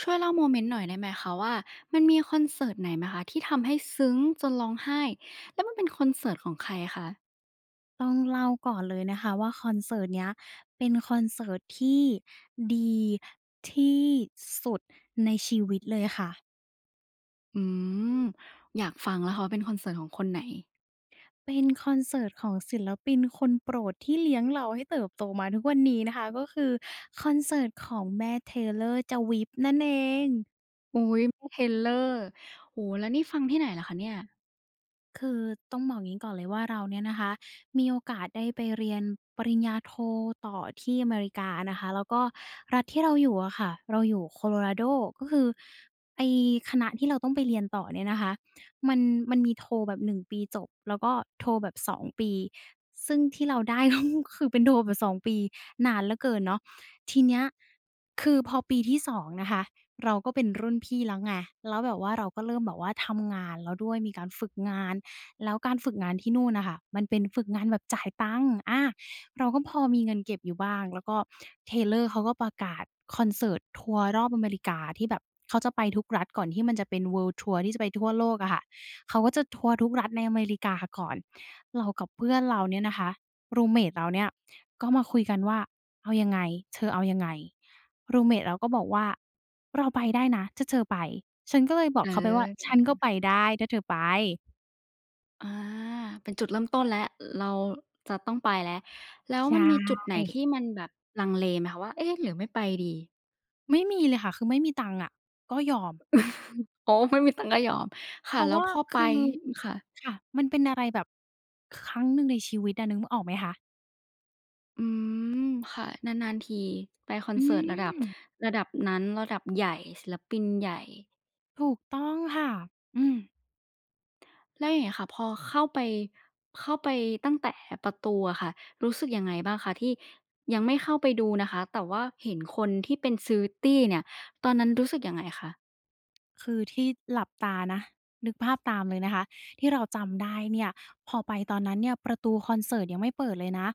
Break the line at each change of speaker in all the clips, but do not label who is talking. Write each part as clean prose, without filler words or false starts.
ช่วยเล่าโมเมนต์หน่อยได้ไหมคะว่ามันมีคอนเสิร์ตไหนไหมคะที่ทำให้ซึ้งจนร้องไห้แล้วมันเป็นคอนเสิร์ตของใครคะ
ต้องเล่าก่อนเลยนะคะว่าคอนเสิร์ตเนี้ยเป็นคอนเสิร์ตที่ดีที่สุดในชีวิตเลยค่ะ
อืมอยากฟังแล้วค่ะว่าเป็นคอนเสิร์ตของคนไหน
เป็นคอนเสิร์ตของศิลปินคนโปรดที่เลี้ยงเราให้เติบโตมาทุกวันนี้นะคะก็คือคอนเสิร์ตของแม่เ t เลอร์ s w วิปนั่นเอง
อุ๊ยแม่ Taylor โอ้โฮแล้วนี่ฟังที่ไหนเหรอคะเนี่ย
คือต้องบอกอย่างนี้ก่อนเลยว่าเราเนี่ยนะคะมีโอกาสได้ไปเรียนปริญญาโทต่อที่อเมริกานะคะแล้วก็รัฐที่เราอยู่อะค่ะเราอยู่ c o โ o r a d o ก็คือไอคณะที่เราต้องไปเรียนต่อเนี่ยนะคะมันมันมีโทแบบหนึ่งปีจบแล้วก็โทแบบสองปีซึ่งที่เราได้ ก็คือเป็นโทแบบสองปีนานเหลือเกินเนาะทีเนี้ยคือพอปีที่สองนะคะเราก็เป็นรุ่นพี่แล้วไงแล้วแบบว่าเราก็เริ่มแบบว่าทำงานแล้วด้วยมีการฝึกงาน แล้วการฝึกงานที่นู่นน่ะค่ะมันเป็นฝึกงานแบบจ่ายตังค์อาเราก็พอมีเงินเก็บอยู่บ้างแล้วก็ Taylor เขาก็ประกาศคอนเสิร์ตทัวร์รอบอเมริกาที่แบบเขาจะไปทุกรัฐก่อนที่มันจะเป็น World Tour ที่จะไปทั่วโลกอะค่ะเขาก็จะทัวร์ทุกรัฐในอเมริกาก่อนเรากับเพื่อนเราเนี่ยนะคะรูมเมตเราเนี่ยก็มาคุยกันว่าเอายังไงเธอเอายังไงรูมเมตเราก็บอกว่าเราไปได้นะถ้าเธอไปฉันก็เลยบอก
เอ
เขาไปว่าฉั
อ
นก็ไปได้ถ้าเธอไป
อาเป็นจุดเริ่มต้นแล้วเราจะต้องไปแล้วแล้วมันมี
ใช่
จุดไหนที่มันแบบลังเลไหมคะว่าเอ๊ะหรือไม่ไปดี
ไม่มีเลยค่ะคือไม่มีตังค์อะก็ยอม
อ๋อไม่มีตังค์ก็ยอม
เพ
ค่ะ
ราะ
แล้ว
ว่า
พอไป
คือ
ค่ะ
ค่ะมันเป็นอะไรแบบครั้งหนึ่งในชีวิตอะนึกออกไหมคะ
อืมค่ะนานๆทีไปคอน
อื
เสิร์ตระดับ
ม
ระดับนั้นระดับใหญ่ศิลปินใหญ่
ถูกต้องค่ะอืม
แล้วอย่างเงี้ยค่ะพอเข้าไปเข้าไปตั้งแต่ประตูอะค่ะรู้สึกยังไงบ้างคะที่ยังไม่เข้าไปดูนะคะแต่ว่าเห็นคนที่เป็นซื้อตี้เนี่ยตอนนั้นรู้สึกยังไงคะ
คือที่หลับตานะนึกภาพตามเลยนะคะที่เราจำได้เนี่ยพอไปตอนนั้นเนี่ยประตูคอนเสิร์ตยังไม่เปิดเลยนะ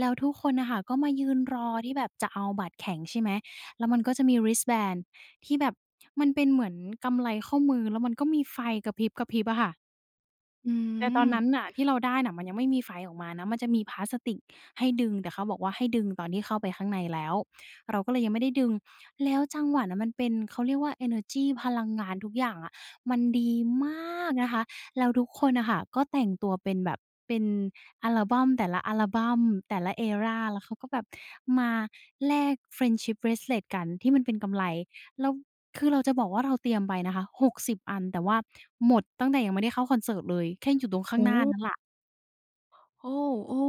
แล้วทุกคนน่ะค่ะก็มายืนรอที่แบบจะเอาบัตรแข็งใช่ไหมแล้วมันก็จะมี wristband ที่แบบมันเป็นเหมือนกำไลข้อมือแล้วมันก็มีไฟกระพริบๆอะค่ะ
อื
แต่ตอน
ม
นั้นน่ะที่เราได้น่ะมันยังไม่มีไฟออกมานะมันจะมีพลาสติกให้ดึงแต่เขาบอกว่าให้ดึงตอนที่เข้าไปข้างในแล้วเราก็เลยยังไม่ได้ดึงแล้วจังหวะนั้นมันเป็นเขาเรียกว่าเอเนอร์จีพลังงานทุกอย่างอะมันดีมากนะคะแล้วทุกคนน่ะค่ะก็แต่งตัวเป็นแบบเป็นอัลบัมแต่ละอัลบัมแต่ละ era แล้วเขาก็แบบมาแลก friendship bracelet กันที่มันเป็นกำไล แล้วคือเราจะบอกว่าเราเตรียมไปนะคะ60อันแต่ว่าหมดตั้งแต่ยังไม่ได้เข้าคอนเสิร์ตเลยแค่อยู่ตรงข้างห
โอ้
น้านั้นแหละ
โอ้โอ้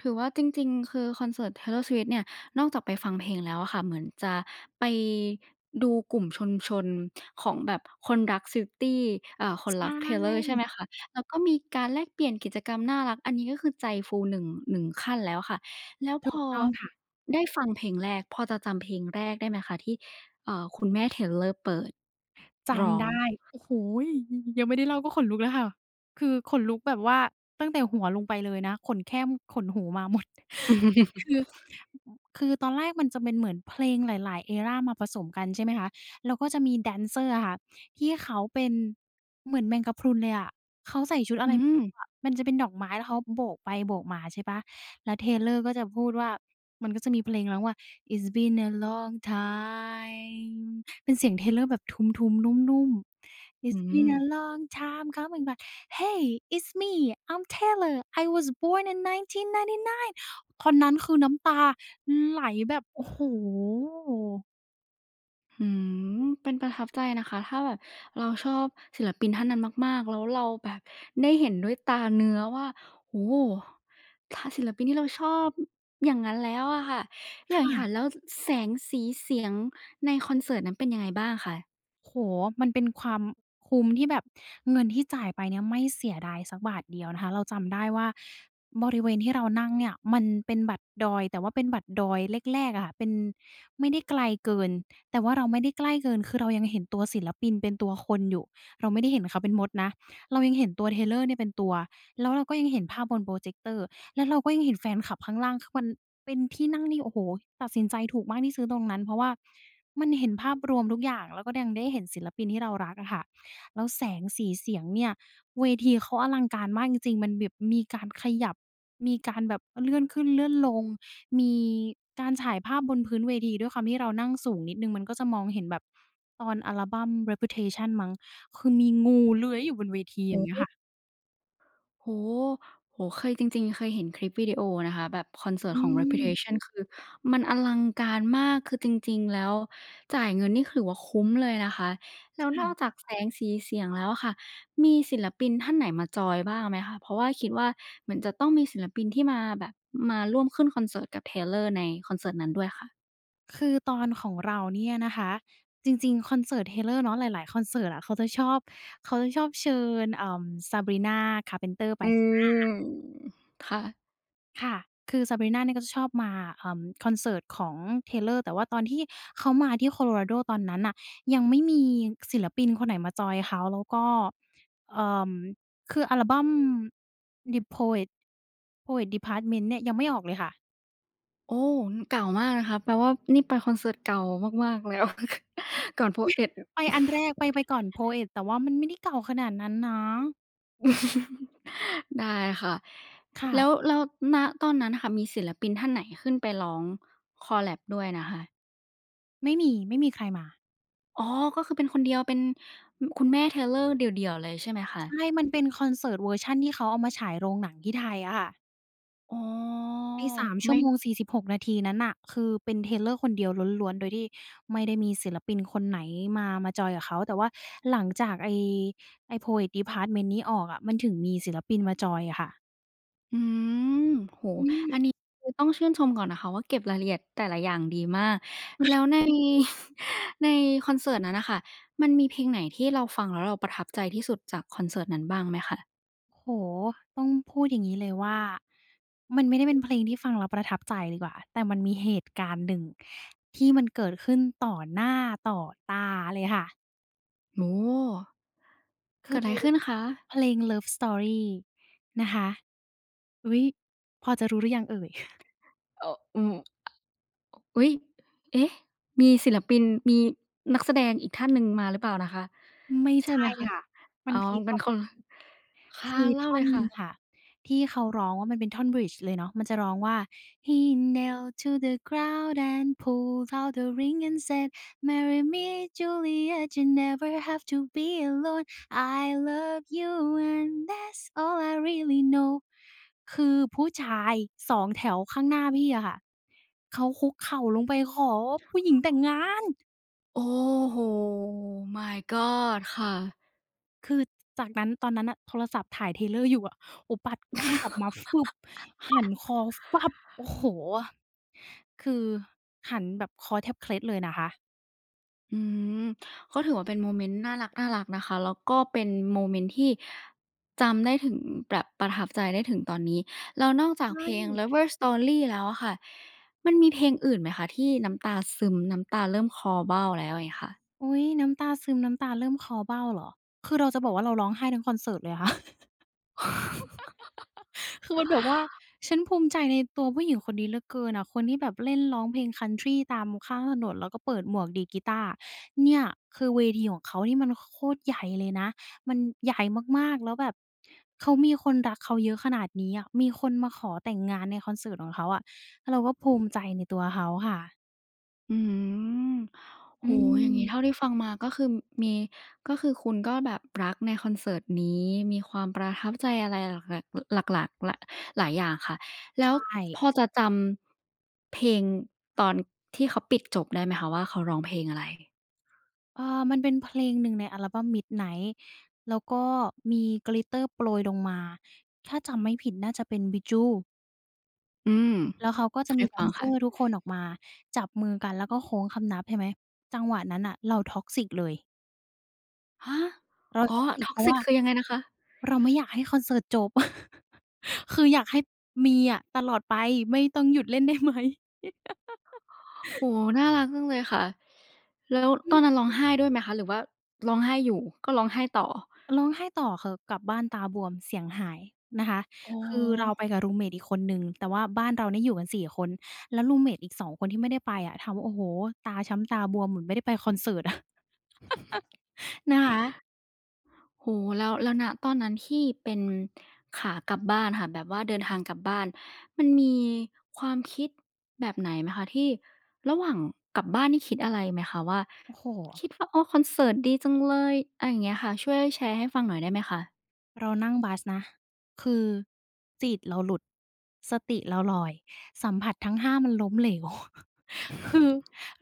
ถือว่าจริงๆคือคอนเสิร์ต Taylor Swift เนี่ยนอกจากไปฟังเพลงแล้วอะค่ะเหมือนจะไปดูกลุ่มชุมชนของแบบคนรัก Swiftie อ่าค
ใช
นรัก Taylor
่
ใช่ไหมคะแล้วก็มีการแลกเปลี่ยนกิจกรรมน่ารักอันนี้ก็คือใจฟูหนึ่งขั้นแล้วค่ะแล้วพ
ถูก
อ
ต้องค่ะ
ได้ฟังเพลงแรกพอจะจำเพลงแรกได้ไหมคะที่ร้อ
จำ
ง
ได้โอ้โฮยังไม่ได้เล่าก็ขนลุกแล้วค่ะคือขนลุกแบบว่าตั้งแต่หัวลงไปเลยนะขนแข้มขนหูมาหมด คื อคือตอนแรกมันจะเป็นเหมือนเพลงหลายๆ era มาผสมกันใช่ไหมคะแล้วก็จะมีแดนเซอร์อะค่ะที่เขาเป็นเหมือนแมงกะพรุนเลยอะ เขาใส่ชุดอะ
อื
ไรไม่
ม
รู้อะมันจะเป็นดอกไม้แล้วเขาโบกไปโบกมาใช่เปล่าแล้ว Taylor ก็จะพูดว่ามันก็จะมีเพลงร้องว่า It's been a long time เป็นเสียง Taylor แบบทุ้มๆนุ่มๆ
อื
It's
ม
been a long time coming back Hey it's me I'm Taylor I was born in 1999ตอนนั้นคือน้ำตาไหลแบบโอ้โฮ
อืมเป็นประทับใจนะคะ ถ้าแบบเราชอบศิลปินท่านนั้นมากๆ แล้วเราแบบได้เห็นด้วยตาเนื้อว่าโอ้โฮถ้าศิลปินที่เราชอบอย่างงั้นแล้วอะค่ะ
ค
อย่างค่ะแล้
่ะ
วแสงสีเสียงในคอนเสิร์ตนั้นเป็นยังไงบ้างคะ
โอ้โฮมันเป็นความคุ้มที่แบบเงินที่จ่ายไปเนี่ยไม่เสียดายสักบาทเดียวนะคะเราจำได้ว่าบริเวณที่เรานั่งเนี่ยมันเป็นบัตรดอยแต่ว่าเป็นบัตรดอยแรกๆอะค่ะเป็นไม่ได้ไกลเกินแต่ว่าเราไม่ได้ใกล้เกินคือเรายังเห็นตัวศิลปินเป็นตัวคนอยู่เราไม่ได้เห็นเขาเป็นมดนะเรายังเห็นตัว Taylor เนี่ยเป็นตัว แล้วเราก็ยังเห็นภาพบนโปรเจคเตอร์แล้วเราก็ยังเห็นแฟนคลับข้างล่างคือมันเป็นที่นั่งที่โอ้โฮตัดสินใจถูกมากที่ซื้อตรงนั้นเพราะว่ามันเห็นภาพรวมทุกอย่างแล้วก็ยังได้เห็นศิลปินที่เรารักอะค่ะแล้วแสงสีเสียงเนี่ยเวทีเขาอลังการมากจริงๆมันแบบมีการขยับมีการแบบเลื่อนขึ้นเลื่อนลงมีการฉายภาพบนพื้นเวทีด้วยความที่เรานั่งสูงนิดหนึ่งมันก็จะมองเห็นแบบตอนอัลบัม Reputation มั้งคือมีงูเลื้อยอยู่บนเวทีอย่างเงี้ยค่ะ
โอ้โฮโอ้โฮเคยจริงๆ เคยเห็นคลิปวิดีโอนะคะแบบคอนเสิร์ต
อื
ของ
ม
Reputation คือมันอลังการมากคือจริงๆแล้วจ่ายเงินนี่ถือว่าคุ้มเลยนะคะแล้วนอกจาก
ค่ะ
แสงสีเสียงแล้วอะค่ะมีศิลปินท่านไหนมาจอยบ้างไหมคะเพราะว่าคิดว่าเหมือนจะต้องมีศิลปินที่มาแบบมาร่วมขึ้นคอนเสิร์ตกับ Taylor ในคอนเสิร์ตนั้นด้วยค่ะ
คือตอนของเราเนี่ยนะคะจริงๆคอนเสิร์ต Taylor เนาะหลายๆคอนเสิร์ตอะเขาจะชอบเชิญSabrina Carpenter ไป
อื
ใช่ไหม
มค่ะ
ค่ะคือ Sabrina เนี่ยก็จะชอบมาคอนเสิร์ตของ Taylor แต่ว่าตอนที่เขามาที่ Colorado ตอนนั้นน่ะยังไม่มีศิลปินคนไหนมาจอยเขาแล้วก็เอ่อคืออัลบัม The Poet Poet Department เนี่ยยังไม่ออกเลยค่ะ
โอ้เก่ามากนะคะแปลว่านี่ไปคอนเสิร์ตเก่ามากๆแล้ว ก่อน POET
ไปอันแรกไปก่อน Poet แต่ว่ามันไม่ได้เก่าขนาดนั้นนะ
ได้ค่ะแล้ว
ค่ะ
แล้วณตอนนั้นค่ะมีศิลปินท่านไหนขึ้นไปร้องคอลแลบด้วยนะคะ
ไม่มีใครมา
อ๋อก็คือเป็นคนเดียวเป็นคุณแม่เทเลอร์เดี่ยวๆเลยใช่ไหมคะ
ใช่มันเป็นคอนเสิร์ตเวอร์ชันที่เขาเอามาฉายโรงหนังที่ไทยอะค่ะ
อ๋อ
ไอ้3ชั่ว
ไม่
โมง46นาทีนั้นน่ะคือเป็น Taylor คนเดียวล้วนๆโดยที่ไม่ได้มีศิลปินคนไหนมาจอยกับเขาแต่ว่าหลังจากไอ้ Poets Department นี้ออกอะมันถึงมีศิลปินมาจอยอะค่ะ
อืมโห
อืม
อันนี้คือต้องชื่นชมก่อนนะคะว่าเก็บรายละเอียดแต่ละอย่างดีมากแล้วใน ในคอนเสิร์ตนั้นนะคะมันมีเพลงไหนที่เราฟังแล้วเราประทับใจที่สุดจากคอนเสิร์ตนั้นบ้างไหมคะ
โอ้โฮต้องพูดอย่างงี้เลยว่ามันไม่ได้เป็นเพลงที่ฟังแล้วประทับใจดีกว่าแต่มันมีเหตุการณ์หนึ่งที่มันเกิดขึ้นต่อหน้าต่อตาเลยค่ะ
โอ้
คือ
เกิดอะไรขึ้นคะ
เพลง Love Story นะคะอุ๊ยพอจะรู้หรือยังเอ่ย
อืมอุ๊ยเอ๊ะมีศิลปิน มีนักแสดงอีกท่านหนึ่งมาหรือเปล่านะคะ
ไม่
ใช่ไหม
ใช่
คะ
ค่ะ มั
อ๋
น
อ
พีกก
เป็น
ว่า
ค
นั้
น
น
ค่ะ
คือ
เล่า
ท่อ
เล
น
ย
หนึ่
ค่ะ
งค่ะที่เขาร้องว่ามันเป็นท่อน bridge เลยเนาะมันจะร้องว่า "He knelt to the ground and pulled out the ring and said, 'Marry me, Juliet, you never have to be alone. I love you and that's all I really know.'" คือผู้ชายสองแถวข้างหน้าพี่อะค่ะเขาคุกเข่าลงไปขอผู้หญิงแต่งงาน
โอ้โฮ My God ค่ะ
คือจากนั้นตอนนั้นน่ะโทรศัพท์ถ่าย Taylor อยู่อะโอ้ปัดกล้องกลับมาฟึบหันคอฟับโอ้โฮคือหันแบบคอแทบเคล็ดเลยนะคะ
อืมก็ถือว่าเป็นโมเมนต์น่ารักๆนะคะแล้วก็เป็นโมเมนต์ที่จำได้ถึงแบบประทับใจได้ถึงตอนนี้แล้วนอก
ใช
จาก
่
เพลง Lover Story แล้วอะค่ะมันมีเพลงอื่นไหมคะที่น้ำตาซึมน้ำตาเริ่มคลอเบ้าแล้วอย่างเงี้ยค่ะ
อุ๊ยน้ำตาซึมน้ำตาเริ่มคลอเบ้าเหรอคือเราจะบอกว่าเราร้องไห้ทั้งคอนเสิร์ตเลยค่ะ คือมันแบบว่าฉันภูมิใจในตัวผู้หญิงคนนี้เหลือเกินอะคนที่แบบเล่นร้องเพลงคันทรีตามข้างถนนแล้วก็เปิดหมวกดีดกีตาร์เนี่ยคือเวทีของเขานี่มันโคตรใหญ่เลยนะมันใหญ่มากๆแล้วแบบเขามีคนรักเขาเยอะขนาดนี้อะมีคนมาขอแต่งงานในคอนเสิร์ตของเขาอะเราก็ภูมิใจในตัวเขาค่ะ
อืม
อื
โอ้โฮอย่าง
ม
งี้เท่าที่ฟังมาก็คือมีก็คือคุณก็แบบรักในคอนเสิร์ตนี้มีความประทับใจอะไรหลักๆหลักๆหละหลายอย่างค่ะแล้
ใช
ว
่
พอจะจำเพลงตอนที่เขาปิดจบได้ไหมคะว่าเขาร้องเพลงอะไร
เออมันเป็นเพลงหนึ่งในอัลบั้ม Midnight แล้วก็มี Glitter โปรยลงมาถ้าจำไม่ผิดน่าจะเป็น Bijou
อืม
แล้วเขาก็จะ
ให้
มีแด
ฟั
น
ง
เซอร์
ค่ะ
ทุกคนออกมาจับมือกันแล้วก็โค้งคำนับใช่ไหมจังหวะนั้นน่ะเรา toxic เลย
ฮะ
เรา
อ๋อ
toxic เพราะ
Toxic
ว่า
คือยังไงนะคะ
เราไม่อยากให้คอนเสิร์ตจบ คืออยากให้มีอะตลอดไปไม่ต้องหยุดเล่นได้ไหม
โอ้โฮน่ารักจังเลยค่ะแล้ว
อื
ตอ
ม
นนั้นร้องไห้ด้วยไหมคะหรือว่าร้องไห้อยู่ก็ร้องไห้ต่อ
ร้องไห้ต่อค่ะกลับบ้านตาบวมเสียงหายนะคะ
อ๋อ
คือเราไปกับรูมเมตอีกคนหนึ่งแต่ว่าบ้านเราเนี่ยอยู่กัน4คนแล้วรูมเมตอีกสองคนที่ไม่ได้ไปอะถามว่าโอ้โฮตาช้ำตาบวมเหมือนไม่ได้ไปคอนเสิร์ตอะ นะคะ
โอ้โฮแล้วแล้วณตอนนั้นที่เป็นขากลับบ้านค่ะแบบว่าเดินทางกลับบ้านมันมีความคิดแบบไหนไหมคะที่ระหว่างกลับบ้านนี่คิดอะไรไหมคะว่า
โอ้โฮ
คิดว่าโอ้คอนเสิร์ตดีจังเลยอะไรอย่างเงี้ยค่ะช่วยแชร์ให้ฟังหน่อยได้ไหมคะ
เรานั่งบัสนะคือจิตเราหลุดสติเราลอยสัมผัสทั้ง5มันล้มเหลว คือ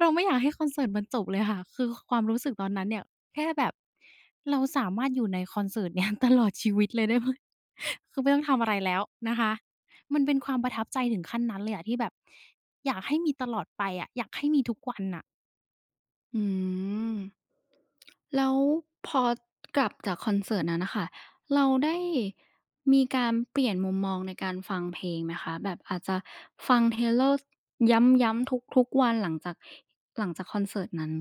เราไม่อยากให้คอนเสิร์ตมันจบเลยค่ะคือความรู้สึกตอนนั้นเนี่ยแค่แบบเราสามารถอยู่ในคอนเสิร์ตเนี่ย ตลอดชีวิตเลยได้ไหม คือไม่ต้องทำอะไรแล้วนะคะมันเป็นความประทับใจถึงขั้นนั้นเลยอะที่แบบอยากให้มีตลอดไปอะอยากให้มีทุกวันน่ะ
อืมแล้วพอกลับจากคอนเสิร์ตนั้นน่ะค่ะเราได้มีการเปลี่ยนมุมมองในการฟังเพลงไหมคะแบบอาจจะฟัง Taylor ย้ำๆทุกๆวันหลังจากคอนเสิร์ตนั้น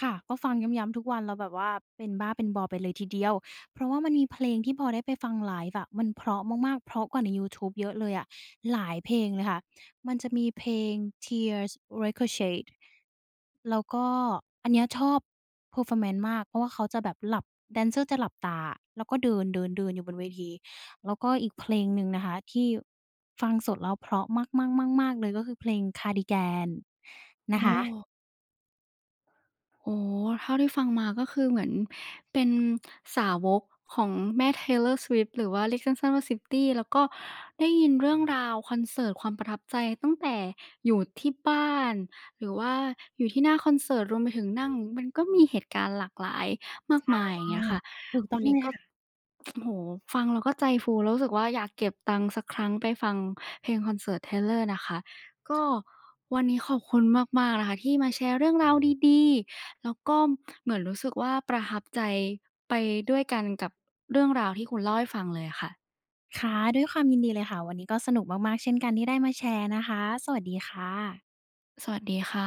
ค่ะก็ฟังย้ำๆทุกวันแล้วแบบว่าเป็นบ้าเป็นบอไปเลยทีเดียวเพราะว่ามันมีเพลงที่พอได้ไปฟังไลฟ์อะมันเพราะมากๆเพราะกว่าในยูทูบเยอะเลยอะหลายเพลงเลยค่ะมันจะมีเพลง Tears Ricochet แล้วก็อันเนี้ยชอบ performance มากเพราะว่าเขาจะแบบหลับแดนเซอร์จะหลับตาแล้วก็เดินๆๆอยู่บนเวทีแล้วก็อีกเพลงหนึ่งนะคะที่ฟังสดแล้วเพราะมากๆๆๆเลยก็คือเพลง Cardigan นะค
โอ้
คะ
โอ้ เท่าที่ฟังมาก็คือเหมือนเป็นสาวกของแม่ Taylor Swift หรือว่าเรียกสั้นๆว่า Swiftie แล้วก็ได้ยินเรื่องราวคอนเสิร์ตความประทับใจตั้งแต่อยู่ที่บ้านหรือว่าอยู่ที่หน้าคอนเสิร์ตรวมไปถึงนั่งมันก็มีเหตุการณ์หลากหลายมากมายอย่างเงี้ยค่ะ
ถูกต้
วั
อ
น
งเล
นี้ก็
ย
โอ้โฮฟังแล้วก็ใจฟูแล้วรู้สึกว่าอยากเก็บตังค์สักครั้งไปฟังเพลงคอนเสิร์ต Taylor นะคะก็วันนี้ขอบคุณมากๆนะคะที่มาแชร์เรื่องราวดีๆ แล้วก็เหมือนรู้สึกว่าประทับใจไปด้วยกันกับเรื่องราวที่คุณเล่าให้ฟังเลยอะค่ะ
ค่ะด้วยความยินดีเลยค่ะวันนี้ก็สนุกมากๆเช่นกันที่ได้มาแชร์นะคะสวัสดีค่ะ
สวัสดีค่ะ